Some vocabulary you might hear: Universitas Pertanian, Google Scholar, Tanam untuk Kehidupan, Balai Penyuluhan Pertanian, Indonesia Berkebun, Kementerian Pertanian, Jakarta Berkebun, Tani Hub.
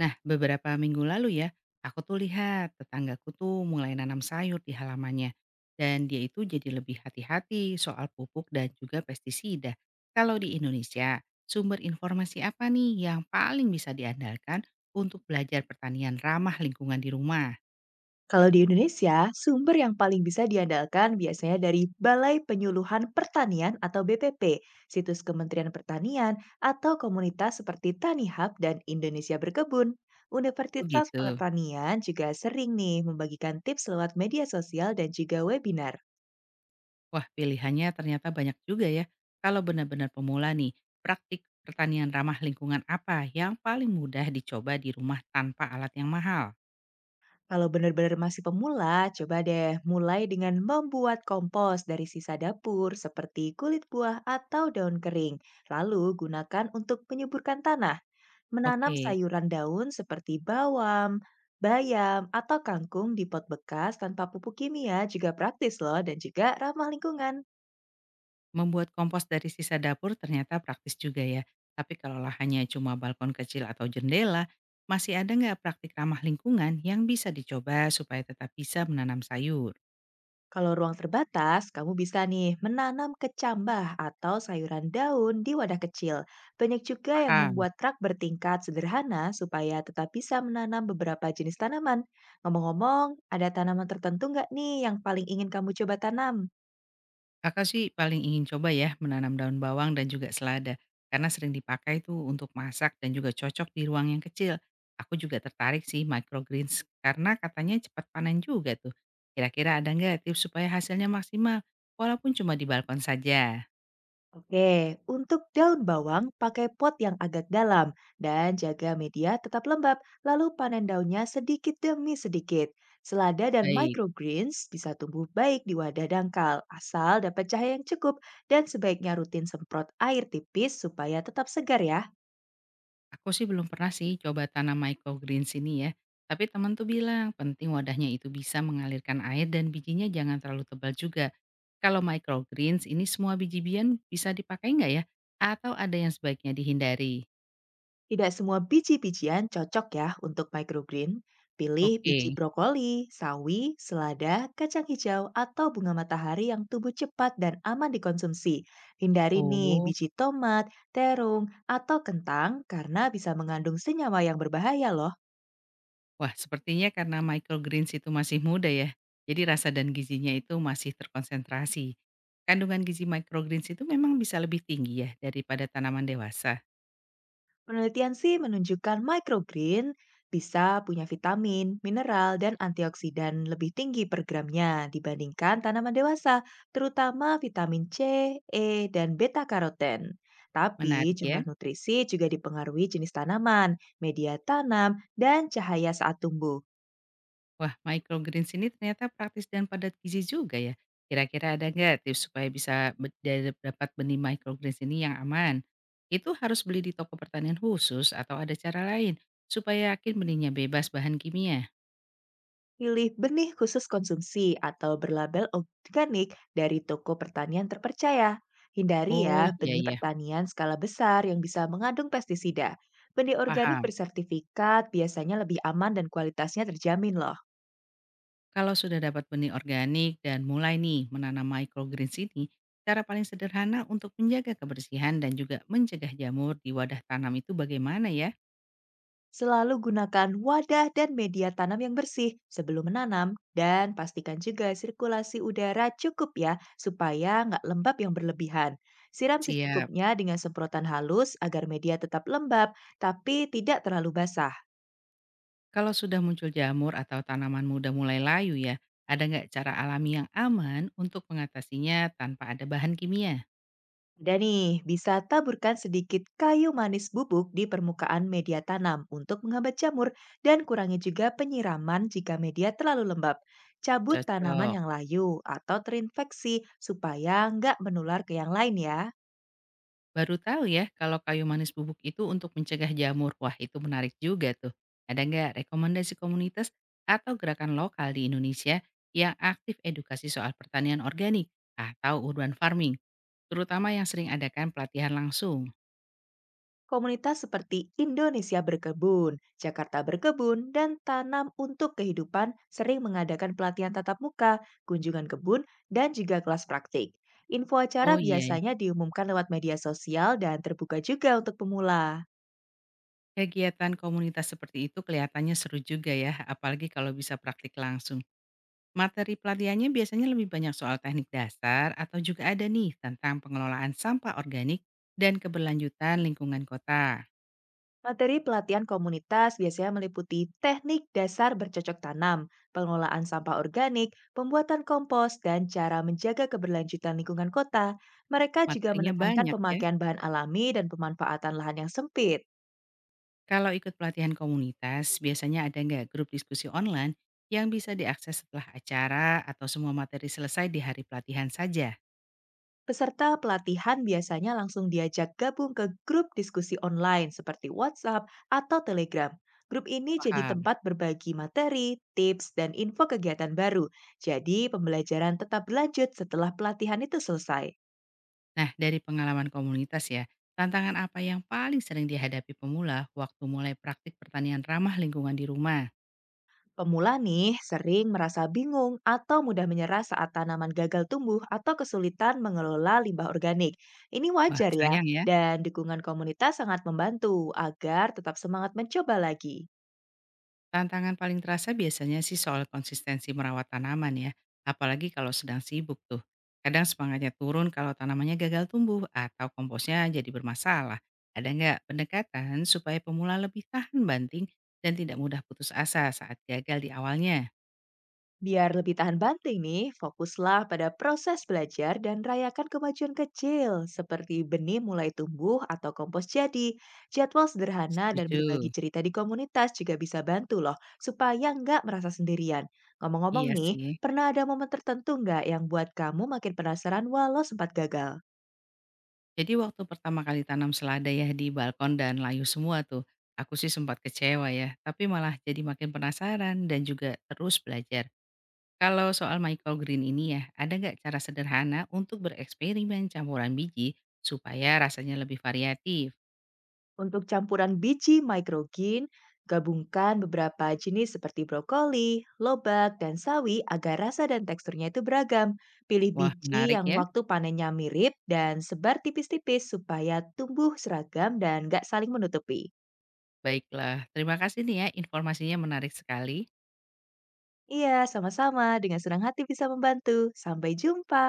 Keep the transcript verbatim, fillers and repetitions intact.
Nah, beberapa minggu lalu ya, aku tuh lihat tetanggaku tuh mulai nanam sayur di halamannya. Dan dia itu jadi lebih hati-hati soal pupuk dan juga pestisida. Kalau di Indonesia, sumber informasi apa nih yang paling bisa diandalkan untuk belajar pertanian ramah lingkungan di rumah? Kalau di Indonesia, sumber yang paling bisa diandalkan biasanya dari Balai Penyuluhan Pertanian atau B P P, situs Kementerian Pertanian, atau komunitas seperti Tani Hub dan Indonesia Berkebun. Oh Universitas gitu. Pertanian juga sering nih membagikan tips lewat media sosial dan juga webinar. Wah, pilihannya ternyata banyak juga ya. Kalau benar-benar pemula nih, praktik pertanian ramah lingkungan apa yang paling mudah dicoba di rumah tanpa alat yang mahal? Kalau benar-benar masih pemula, coba deh mulai dengan membuat kompos dari sisa dapur seperti kulit buah atau daun kering. Lalu gunakan untuk menyuburkan tanah. Menanam Oke. sayuran daun seperti bawang, bayam, atau kangkung di pot bekas tanpa pupuk kimia juga praktis loh dan juga ramah lingkungan. Membuat kompos dari sisa dapur ternyata praktis juga ya. Tapi kalau lahannya cuma balkon kecil atau jendela, masih ada nggak praktik ramah lingkungan yang bisa dicoba supaya tetap bisa menanam sayur? Kalau ruang terbatas, kamu bisa nih menanam kecambah atau sayuran daun di wadah kecil. Banyak juga yang Paham. membuat rak bertingkat sederhana supaya tetap bisa menanam beberapa jenis tanaman. Ngomong-ngomong, ada tanaman tertentu nggak nih yang paling ingin kamu coba tanam? Kakak sih paling ingin coba ya menanam daun bawang dan juga selada. Karena sering dipakai tuh untuk masak dan juga cocok di ruang yang kecil. Aku juga tertarik sih microgreens karena katanya cepat panen juga tuh. Kira-kira ada nggak tips supaya hasilnya maksimal walaupun cuma di balkon saja? Oke, untuk daun bawang pakai pot yang agak dalam dan jaga media tetap lembab, lalu panen daunnya sedikit demi sedikit. Selada dan Baik. microgreens bisa tumbuh baik di wadah dangkal, asal dapat cahaya yang cukup dan sebaiknya rutin semprot air tipis supaya tetap segar ya. Aku sih belum pernah sih coba tanam microgreens ini ya. Tapi teman tuh bilang penting wadahnya itu bisa mengalirkan air dan bijinya jangan terlalu tebal juga. Kalau microgreens ini semua biji-bijian bisa dipakai nggak ya? Atau ada yang sebaiknya dihindari? Tidak semua biji-bijian cocok ya untuk microgreen. Pilih Oke. biji brokoli, sawi, selada, kacang hijau, atau bunga matahari yang tumbuh cepat dan aman dikonsumsi. Hindari nih Oh, biji tomat, terung, atau kentang karena bisa mengandung senyawa yang berbahaya loh. wah sepertinya karena microgreens itu masih muda ya. Jadi rasa dan gizinya itu masih terkonsentrasi. Kandungan gizi microgreens itu memang bisa lebih tinggi ya daripada tanaman dewasa. Penelitian sih menunjukkan microgreen bisa punya vitamin, mineral, dan antioksidan lebih tinggi per gramnya dibandingkan tanaman dewasa, terutama vitamin C, E, dan beta karoten. Tapi Menarik ya. jumlah nutrisi juga dipengaruhi jenis tanaman, media tanam, dan cahaya saat tumbuh. Wah, microgreens ini ternyata praktis dan padat gizi juga ya. Kira-kira ada nggak tips supaya bisa be- da- dapat benih microgreens ini yang aman? Itu harus beli di toko pertanian khusus atau ada cara lain supaya yakin benihnya bebas bahan kimia? Pilih benih khusus konsumsi atau berlabel organik dari toko pertanian terpercaya. Hindari ya Oh iya benih iya, pertanian skala besar yang bisa mengandung pestisida. Benih organik paham. bersertifikat biasanya lebih aman dan kualitasnya terjamin loh. Kalau sudah dapat benih organik dan mulai nih menanam microgreens ini, cara paling sederhana untuk menjaga kebersihan dan juga mencegah jamur di wadah tanam itu bagaimana ya? Selalu gunakan wadah dan media tanam yang bersih sebelum menanam dan pastikan juga sirkulasi udara cukup ya supaya nggak lembab yang berlebihan. Siram Siap. secukupnya dengan semprotan halus agar media tetap lembab tapi tidak terlalu basah. Kalau sudah muncul jamur atau tanaman muda mulai layu ya, ada nggak cara alami yang aman untuk mengatasinya tanpa ada bahan kimia? Ada nih, bisa taburkan sedikit kayu manis bubuk di permukaan media tanam untuk menghambat jamur dan kurangi juga penyiraman jika media terlalu lembab. Cabut tanaman Cocok. yang layu atau terinfeksi supaya nggak menular ke yang lain ya. Baru tahu ya kalau kayu manis bubuk itu untuk mencegah jamur. Wah itu menarik juga tuh. Ada nggak rekomendasi komunitas atau gerakan lokal di Indonesia yang aktif edukasi soal pertanian organik atau urban farming? Terutama yang sering adakan pelatihan langsung. Komunitas seperti Indonesia Berkebun, Jakarta Berkebun, dan Tanam untuk Kehidupan sering mengadakan pelatihan tatap muka, kunjungan kebun, dan juga kelas praktik. Info acara Oh iya. biasanya diumumkan lewat media sosial dan terbuka juga untuk pemula. Kegiatan komunitas seperti itu kelihatannya seru juga ya, apalagi kalau bisa praktik langsung. Materi pelatihannya biasanya lebih banyak soal teknik dasar atau juga ada nih tentang pengelolaan sampah organik dan keberlanjutan lingkungan kota. Materi pelatihan komunitas biasanya meliputi teknik dasar bercocok tanam, pengelolaan sampah organik, pembuatan kompos, dan cara menjaga keberlanjutan lingkungan kota. Mereka juga Materinya menekankan banyak ya. pemakaian bahan alami dan pemanfaatan lahan yang sempit. Kalau ikut pelatihan komunitas, biasanya ada nggak grup diskusi online yang bisa diakses setelah acara atau semua materi selesai di hari pelatihan saja? Peserta pelatihan biasanya langsung diajak gabung ke grup diskusi online seperti WhatsApp atau Telegram. Grup ini jadi Paham. tempat berbagi materi, tips, dan info kegiatan baru. Jadi, pembelajaran tetap berlanjut setelah pelatihan itu selesai. Nah, dari pengalaman komunitas ya, tantangan apa yang paling sering dihadapi pemula waktu mulai praktik pertanian ramah lingkungan di rumah? Pemula nih sering merasa bingung atau mudah menyerah saat tanaman gagal tumbuh atau kesulitan mengelola limbah organik. Ini Wah, wajar ya, sayang ya. dan dukungan komunitas sangat membantu agar tetap semangat mencoba lagi. Tantangan paling terasa biasanya sih soal konsistensi merawat tanaman ya, apalagi kalau sedang sibuk tuh. Kadang semangatnya turun kalau tanamannya gagal tumbuh atau komposnya jadi bermasalah. Ada nggak pendekatan supaya pemula lebih tahan banting dan tidak mudah putus asa saat gagal di awalnya? Biar lebih tahan banting nih, fokuslah pada proses belajar dan rayakan kemajuan kecil seperti benih mulai tumbuh atau kompos jadi. Jadwal sederhana dan Setuju. berbagi cerita di komunitas juga bisa bantu loh supaya nggak merasa sendirian. Ngomong-ngomong Iya nih, sih. pernah ada momen tertentu nggak yang buat kamu makin penasaran walau sempat gagal? Jadi waktu pertama kali tanam selada ya di balkon dan layu semua tuh, aku sih sempat kecewa ya, tapi malah jadi makin penasaran dan juga terus belajar. Kalau soal microgreen ini ya, ada nggak cara sederhana untuk bereksperimen campuran biji supaya rasanya lebih variatif? Untuk campuran biji microgreen, gabungkan beberapa jenis seperti brokoli, lobak, dan sawi agar rasa dan teksturnya itu beragam. Pilih Wah biji menarik yang ya. waktu panennya mirip dan sebar tipis-tipis supaya tumbuh seragam dan gak saling menutupi. Baiklah, terima kasih nih ya informasinya menarik sekali. Iya, sama-sama. Dengan senang hati bisa membantu. Sampai jumpa.